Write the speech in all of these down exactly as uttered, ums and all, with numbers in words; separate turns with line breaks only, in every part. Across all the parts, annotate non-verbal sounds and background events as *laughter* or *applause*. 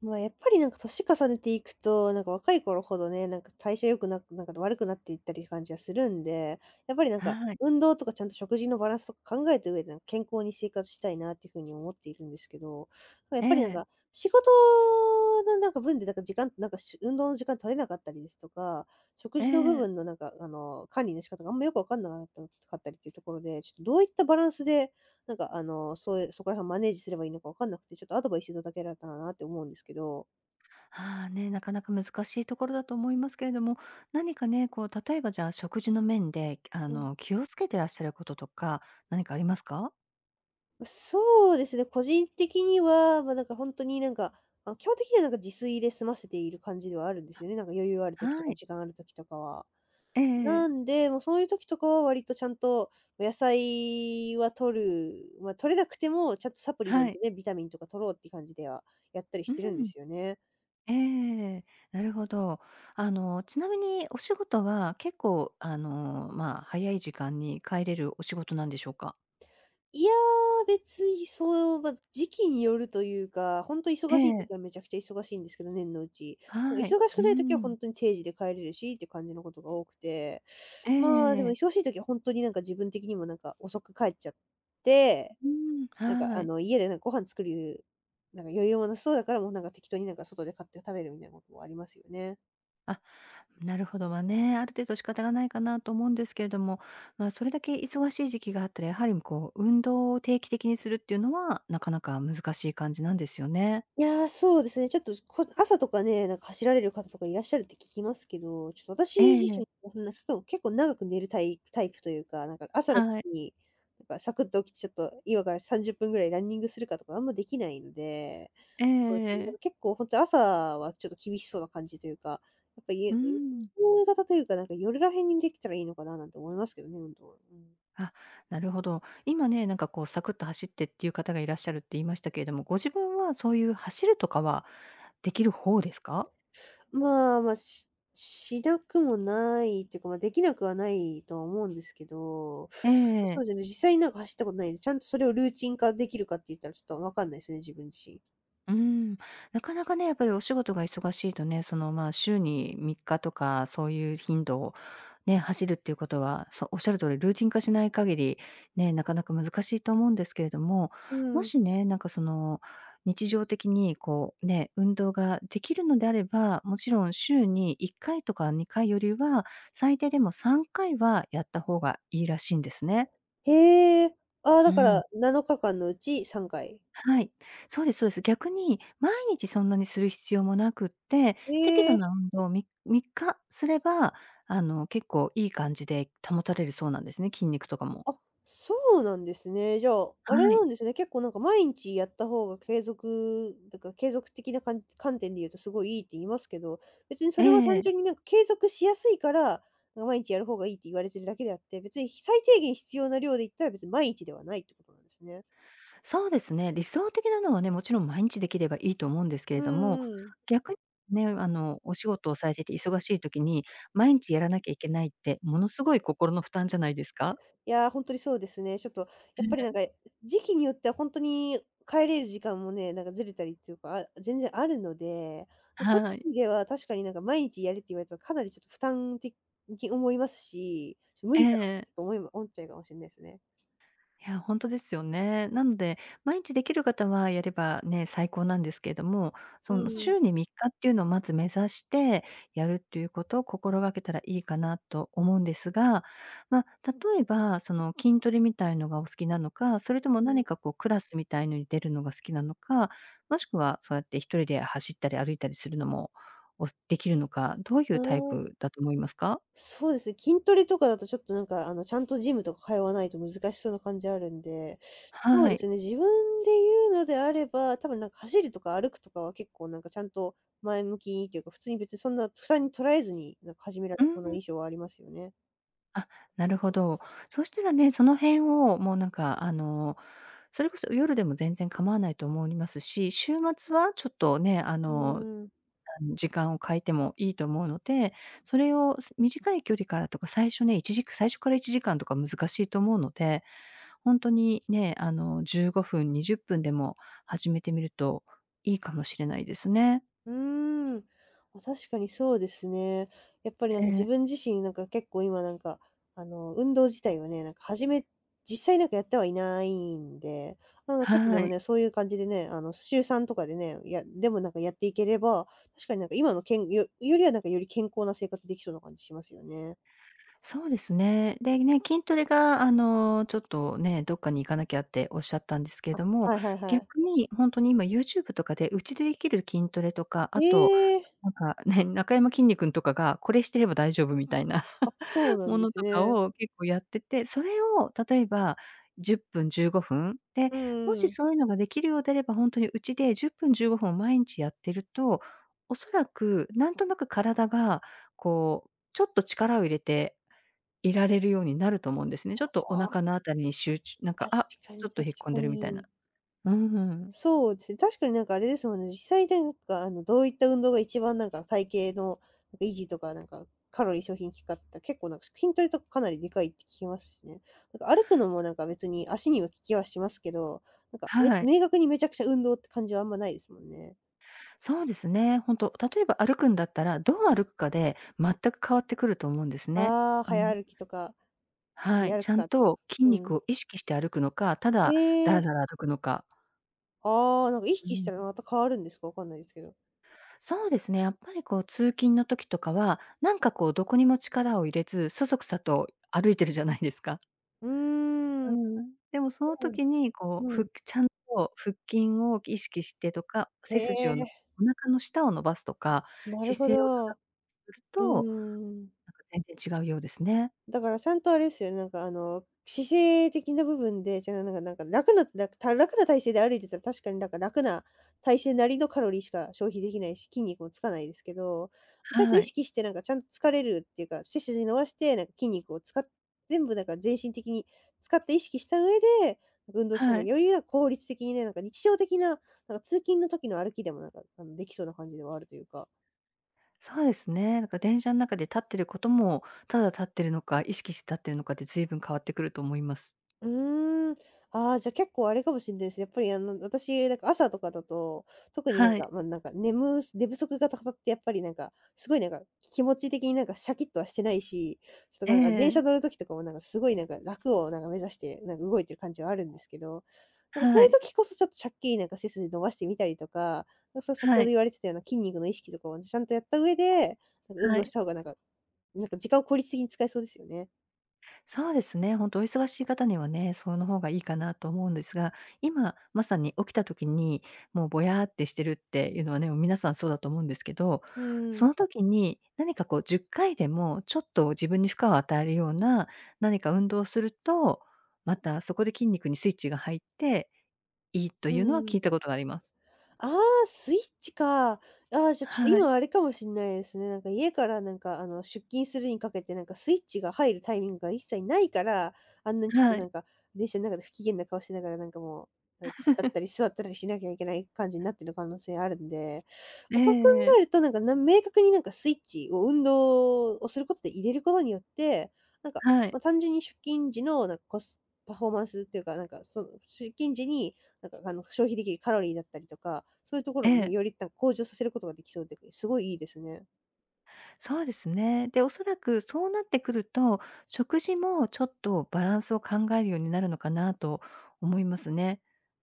まあ、やっぱりなんか年重ねていくと、なんか若い頃ほどね、なんか代謝良くなくなんか悪くなっていったり感じはするんで、やっぱりなんか
はい。
運動とかちゃんと食事のバランスとか考えた上で、なんか健康に生活したいなっていう風に思っているんですけど、ま、やっ
え
ぱりなん
え、
か、仕事のなんか分でなんか時間なんかし運動の時間取れなかったりですとか、食
え
事の部
え。
分のなんかあの、管理の仕方があんまよくわかんなかったかったりっていうところで、ちょっとどういったバランスでなんかあの、そういう、そこら辺をマネージすればいいのかわかんなくて、ちょっとアドバイスいただけられたらなって思うんですけど。
ああ、ね、なかなか難しいところだと思いますけれども、何かね、こう例えばじゃあ食事の面で、あ
うん。
の、気をつけてらっしゃることとか、何かありますか？
まそうですね、個人的には、まあ、なんか本当になんか、あ、基本的にはなんか自炊で済ませている感じではあるんですよね。なんか余裕ある時と
は
か
い。
時間ある時とかは。
ええ。
なんで、もうそういう時とかは割とちゃんとま野菜は取る、ま、取れなくてもちゃんとサプリメ
は
ント
い。
でビタミンとか取ろうって感じではやったり
う
してるんで
ん。
すよね。
ええ。なるほど。あの、ちなみにお仕事は結構、あの、まあ、早い時間に帰れるお仕事なんでしょうか？
いや、別にそう、ま、時期によるというか、ほんと
え
忙しい
え。
時はめちゃくちゃ忙しいんですけど、年のうち。なんか
はい。
忙しく
う
ない時はほ
ん。
んとに定時で帰れるしって感じのことが多くて、
え
まあ、でも
え。
忙しい時はほんとになんか自分的にもなんか遅く帰っちゃって、
うん、
なんかあ
はい。
の、家でなんかご飯作る、なんか余裕もなさそうだから、もうなんか適当になんか外で買って食べるみたいなこともありますよね。
あ、なるほど。ま、ね、ある程度仕方がないかなと思うんですけれども、まあ、それだけ忙しい時期があったら、やはりこう、運動を定期的にするっていうのは、なかなか難しい感じなんですよね。
いやー、そうですね。ちょっと、こ朝とかね、なんか走られる方とかいらっしゃるって聞きますけど、ちょっと私自
え
身、
え。
そんな結構結構長く寝るタイタイプというか、なんか朝
はい。
に、なんかサクッと起きてちょっと今からさんじゅっぷんぐらいランニングするかとかあんまできないので、そうですね、なん
ええ。
か結構本当朝はちょっと厳しそうな感じというか、やっぱ、い
う
え
ん。
夕方というか、なんか夜らへんにできたらいいのかななんて思いますけどね、本当。は。うん。
あ、なるほど。今ね、なんかこうサクッと走ってっていう方がいらっしゃるって言いましたけれども、ご自分はそういう走るとかはできる方ですか？
まあ、まあ、ししなくもないっていうか、ま、できなくはないとは思うんですけど、
え
まそ
え。
うですね、実際になんか走ったことないんで、ちゃんとそれをルーチン化できるかって言ったらちょっとわかんないですね、自分自身。
うーん、なかなかね、やっぱりお仕事が忙しいとね、その、まあ、週にしゅうさんにちとか、そういう頻度をね、走るっていうことは、そうおっしゃる通りルーティン化しない限り、ね、なかなか難しいと思うんですけれども、
う
も
ん。
しね、なんかその、日常的にこう、ね、運動ができるのであれば、もちろん週にいっかいとかにかいよりは、最低でもさんかいはやった方がいいらしいんですね。
へえ。ああ、
う
だか
ん。
らなのかかんのうちさんかい。
はい。そうですそうです。逆に毎日そんなにする必要もなくって、適
へ
度
え。
な運動をみみっかすれば、あの、結構いい感じで保たれるそうなんですね、筋肉とかも。
あ、そうなんですね。じゃあ、あれ
はい。
なんですね、結構なんか毎日やった方が継続だから継続的なか観点で言うとすごいいいって言いますけど、別にそ
え
れは単
え。
純になんか継続しやすいから、なんか毎日やる方がいいって言われてるだけであって、別に最低限必要な量で言ったら別に毎日ではないってことなんですね。
そうですね。理想的なのはね、もちろん毎日できればいいと思うんですけ
う
れども、
んうん。
逆にね、あの、お仕事をされていて忙しい時に、毎日やらなきゃいけないって、ものすごい心の負担じゃないですか？
いやー、本当にそうですね。ちょっとや
え
っぱりなん
え、
か、時期によっては本当に帰れる時間もね、なんかずれたりっていうか、あ全然あるので、なんかそう
は
いう
い。
意味では確かになんか毎日やれって言われたらかなりちょっと負担的に思いますし、ちょっと無
え
理だろう
え。
と思いま思っちゃうかもしれないですね。
いや、本当ですよね。なので、毎日できる方はやればね、最高なんですけれども、
う
その
んうん。
週にしゅうさんにちっていうのをまず目指して、やるっていうことを心がけたらいいかなと思うんですが、まあ、例えば、その筋トレみたいのがお好きなのか、それとも
うん。
何かこうクラスみたいのに出るのが好きなのか、もしくはそうやって一人で走ったり歩いたりするのも、おできるのか、どうい
あ
うタイ
あ。
プだと思いますか？
そうですね、筋トレとかだとちょっとなんかあの、ちゃんとジムとか通わないと難しそうな感じあるんで、そう
は
です
い。
ね、自分で言うのであれば、多分なんか走るとか歩くとかは結構なんかちゃんと前向きにというか、普通に別にそんな負担に捉えずに、なんか始めら
う
れそうな
ん。
印象はありますよね。
あ、なるほど。そしたらね、その辺をもうなんか、あの、それこそ夜でも全然構わないと思いますし、週末はちょっとね、あ
う
の、
ーん。
時間を変えてもいいと思うので、それをす短い距離からとか、最初ね、いちじかん最初からいちじかんとか難しいと思うので、ほんとにね、あの、じゅうごふん、にじゅっぷんでも始めてみるといいかもしれないですね。
うーん。ま、確かにそうですね。やっぱりなん
え
か自
え、
分自身なんか結構今なんか、あの、運動自体はね、なんか始め実際なんかやってはいないんで、なんかちょっとで
は
も
い。
ね、そういう感じでね、あの、週さんとかでね、やでもなんかやっていければ、確かになんか今のけんよよりはなんかより健康な生活できそうな感じしますよね。
そうですね。で、ね、筋トレが、あの、ちょっとね、どっかに行かなきゃっておっしゃったんですけれ
あ、
ども、
はいはいはい。
逆に本当に今 YouTube とかでうちでできる筋トレとか、
へ
あと、
え。
なんかね、なかやまきんに君とかが、これしてれば大丈夫みたいな
あ、そう
*laughs*
な
も
んで
の
す
とか
ね。
を結構やってて、それを例えばじゅっぷん、じゅうごふんで、
う
も
んう
し
ん。
そういうのができるようであれば、本当にうちでじゅっぷん、じゅうごふんを毎日やってると、おそらくなんとなく体がこう、ちょっと力を入れていられるようになると思うんですね。ちょっとお
は
腹
あ、
のあたりに集中なんか、
確
あ、
かに
ちょっ
確
と引っ込ん
か
でるみたいな。
に。
うん。
そうですね。確かになんかあれですもんね。実際なんか、あの、どういった運動が一番なんか体型のなんか維持とか、なんかカロリー消費に効くかって言ったら結構なんか筋トレとかかなりでかいって聞きますしね。なんか歩くのもなんか別に足には効きはしますけど、なんかめ
はい。
明確にめちゃくちゃ運動って感じはあんまないですもんね。
そうですね、ほんと、例えば歩くんだったら、どう歩くかで全く変わってくると思うんですね。
ああ、
あの
早歩きとか、
は
や
い、
る
ちゃん
かとか。
と筋
う
肉
ん。
を意識して歩くのか、ただだ
え
ら
え、
だら歩くのか。
ああー、なんか意
う
識し
ん。
たらまた変わるんですか？わかんないですけど。
そうですね、やっぱりこう通勤の時とかは、なんかこうどこにも力を入れず、そそくさと歩いてるじゃないですか。
うー
う
ん、
ん。でもその
そう、
時にこう、
うん。
ふちゃんと腹筋を意識してとか、
へ
背筋をお
え、
腹の下を伸ばすとか、
なる
姿
ほ
勢を
ど。う
正すると、なんか
ーん。
全然違うようですね。
だからちゃんとあれですよね、なんかあの、姿勢的な部分で、じゃあなんかなんか楽ななんかた楽な体勢で歩いてたら確かになんか楽な体勢なりのカロリーしか消費できないし、筋肉もつかないですけど、ちゃんと
は
意
い。
識してなんかちゃんと疲れるっていうか、背筋伸ばして、なんか筋肉を使っ全部なんか全身的に使って意識した上で、運動した方
は
が
い。
よりなんか効率的にね、なんか日常的な、なんか通勤の時の歩きでもなんか、あの、できそうな感じではあるというか。
そうですね。なんか電車ん中で立ってることも、ただ立ってるのか、意識して立ってるのかで随分変わってくると思います。
うーん。ああ、じゃ、結構あれかもしんないです。やっぱり、あの、私、なんか、朝とかだと、特になん
は
か、
い。
ま、なんか、眠す寝不足が高まって、やっぱりなんか、すごいなんか、気持ち的になんかシャキッとはしてないし、ちょっと
え
なんか電車
え。
乗る時とかもなんかすごいなんか楽をなんか目指して、なんか動いてる感じはあるんですけど、なんかそう
は
いう
い。
時こそちょっとシャッキリなんか背筋伸ばしてみたりとか、なんかそれ先ほ
は
ど
い。
言われてたような筋肉の意識とかをちゃんとやった上で、なんか運
は
動し
い。
た方がなんか、なんか時間を効率的に使えそうですよね。
そうですね、本当お忙しい方にはね、その方がいいかなと思うんですが、今まさに起きた時に、もうぼやーってしてるっていうのはね、もう皆さんそうだと思うんですけど、
うん。
その時に何かこうじゅっかいでもちょっと自分に負荷を与えるような何か運動をすると、またそこで筋肉にスイッチが入っていいと
う
いうのは
ん。
聞いたことがあります。
ああ、スイッチか。ああ、じゃ、ちょっと
はい、
今あれかもしんないですね。なんか家からなんかあの、出勤するにかけてなんかスイッチが入るタイミングが一切ないから、あんなにちょっと
は
な
い、
んか、電車の中で不機嫌な顔しながらなんかもう、突っ立ったり座ったりしなきゃいけない感じになってる可能性あるんで、
ええ
あ、そう考
え、
えるとなんか、な明確になんかスイッチを運動をすることで入れることによって、なんか、
は
ま
い、
あ、単純に出勤時のなんかコスパフォーマンスっていうか、なんかその出勤時になんかあの、消費できるカロリーだったりとか、そういうとこ
え
ろもね、
え。
よりなんか向上させることができそうで、すごいいいですね。
そうですね。で、おそらくそうなってくると、食事もちょっとバランスを考えるようになるのかなと思いますね。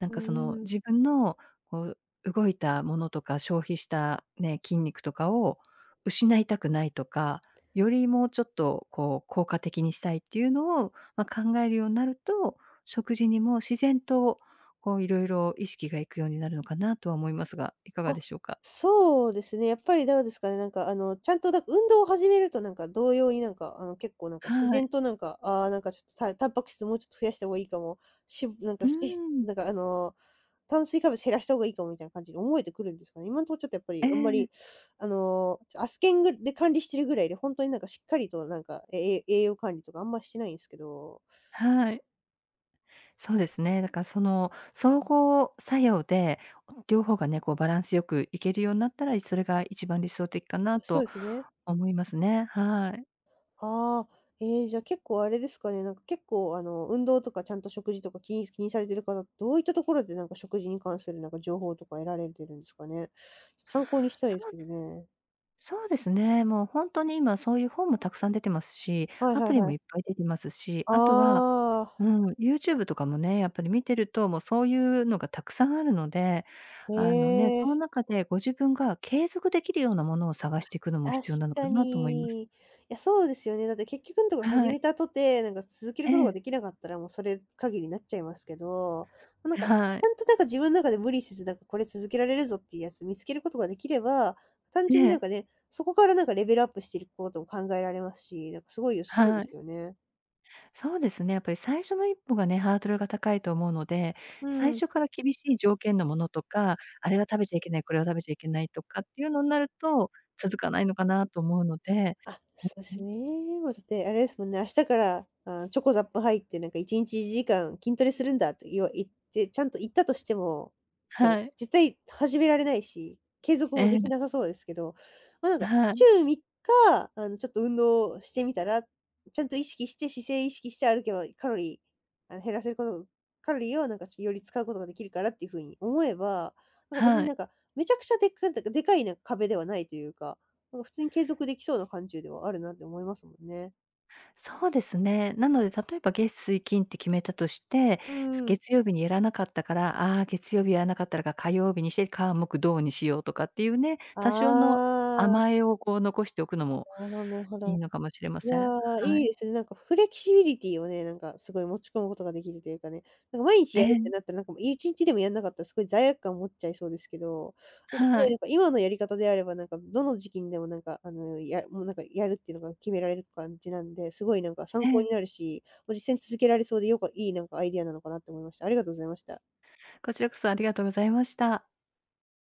なん
う
かその
んうん。
自分のこう動いたものとか消費したね、筋肉とかを失いたくないとか、よりもうちょっとこう効果的にしたいっていうのを、まあ、考えるようになると、食事にも自然とこういろいろ意識がいくようになるのかなとは思いますが、いかが
あ、
でしょうか？
そうですね、やっぱりどうですかね、なんかあの、ちゃんとだ運動を始めるとなんか同様になんか、あの、結構なんか自
は
然
い。
となんか、ああ、なんかちょっとたタンパク質もうちょっと増やした方がいいかも、しなんか
う
し
ん。
なんかあの、炭水化物減らした方がいいかもみたいな感じに思えてくるんですかね。今のところちょっとやっぱ
え
りあんま
え。
り、あの、アスケンぐで管理してるぐらいで、本当になんかしっかりとなんか、え栄養管理とかあんましてないんですけど。
はい。そうですね。だからその総合作用で、両方がね、こうバランスよくいけるようになったら、それが一番理想的かな
そう
と
ですね。
思いますね。はい。
ああ、ええ、じゃあ結構あれですかね、なんか結構あの、運動とかちゃんと食事とか気に気にされてる方、どういったところでなんか食事に関するなんか情報とか得られてるんですかね？参考にしたい
そ
です
う
けどね。
そうですね。もう本当に今そういう本もたくさん出てますし、
はい
ア
はい
プリ
は
もいっ
い。
ぱい出てますし、あとは、
あ
うん、YouTube とかもね、やっぱり見てると、もうそういうのがたくさんあるので、
あ、へ
あのね、その
え。
中でご自分が継続できるようなものを探していくのも
確
必要なのか
か
なと思います。
に。いや、そうですよね。だって結局んところ始
はい。
めたとて、なんか続ける
え
ことが
え。
できなかったら、もうそれ限りになっちゃいますけど、まなんか、ち
は
ゃ
い。
んとなんか自分の中で無理せず、なんかこれ続けられるぞっていうやつ見つけることができれば、単
え
純になん
え、
かね、そこからなんかレベルアップしていくことも考えられますし、なんかすごい良さそうで
は
す
い。
よね。
そうですね、やっぱり最初の一歩がね、ハードルが高いと思うので、
う
最
ん。
初から厳しい条件のものとか、あれは食べちゃいけない、これは食べちゃいけないとかっていうのになると、続かないのかなと思うので、
あ、そうで
ん、
すね。もうだって、あれですもんね、明日から、あ、ちょこざっぷ入って、なんかいちにちいちじかん筋トレするんだといわ言って、ちゃんと言ったとしても、なんか
は
ら
い。
絶対始められないし、継続
え
もで
え、
きなさそうですけど、まあ、なんか
は
週
い、
さんにち、あの、ちょっと運動してみたら、ちゃんと意識して、姿勢意識して歩けばカロリー、あの、減らせることカロリーをなんかより使うことができるからっていう風に思えば、なんか別に
は
な
い。
んか、めちゃくちゃでっかでかいなんか壁ではないというかなんか普通に継続できそうな感じではあるなって思いますもんね。
そうですね。なので例えば月水金って決めたとして、
うんうん。
月曜日にやらなかったから、ああ、月曜日やらなかったから火曜日にして、火木土にしようとかっていうね、
あ
多少の
あ、
甘えをこう残しておくのも
なるほどなるほ
いい
ど。
のかもしれま
い
せ
や、
ん。は
いい
い。
ですね。なんかフレキシビリティをね、なんかすごい持ち込むことができるというかね、なんか毎日
え
やるって
え、
なったら、なんかもういちにちでもやんなかったらすごい罪悪感持っちゃいそうですけど、なんかす
は
ごいなん
い。
か今のやり方であれば、なんかどの時期にでもなんか、あの、やもうなんかやるっていうのが決められる感じなんで、すごいなんか
え
参考
え、
になるし、もう実践続けられそうでよくいいなんかアイディアなのかなって思いました。ありがとうございました。
こちらこそありがとうございました。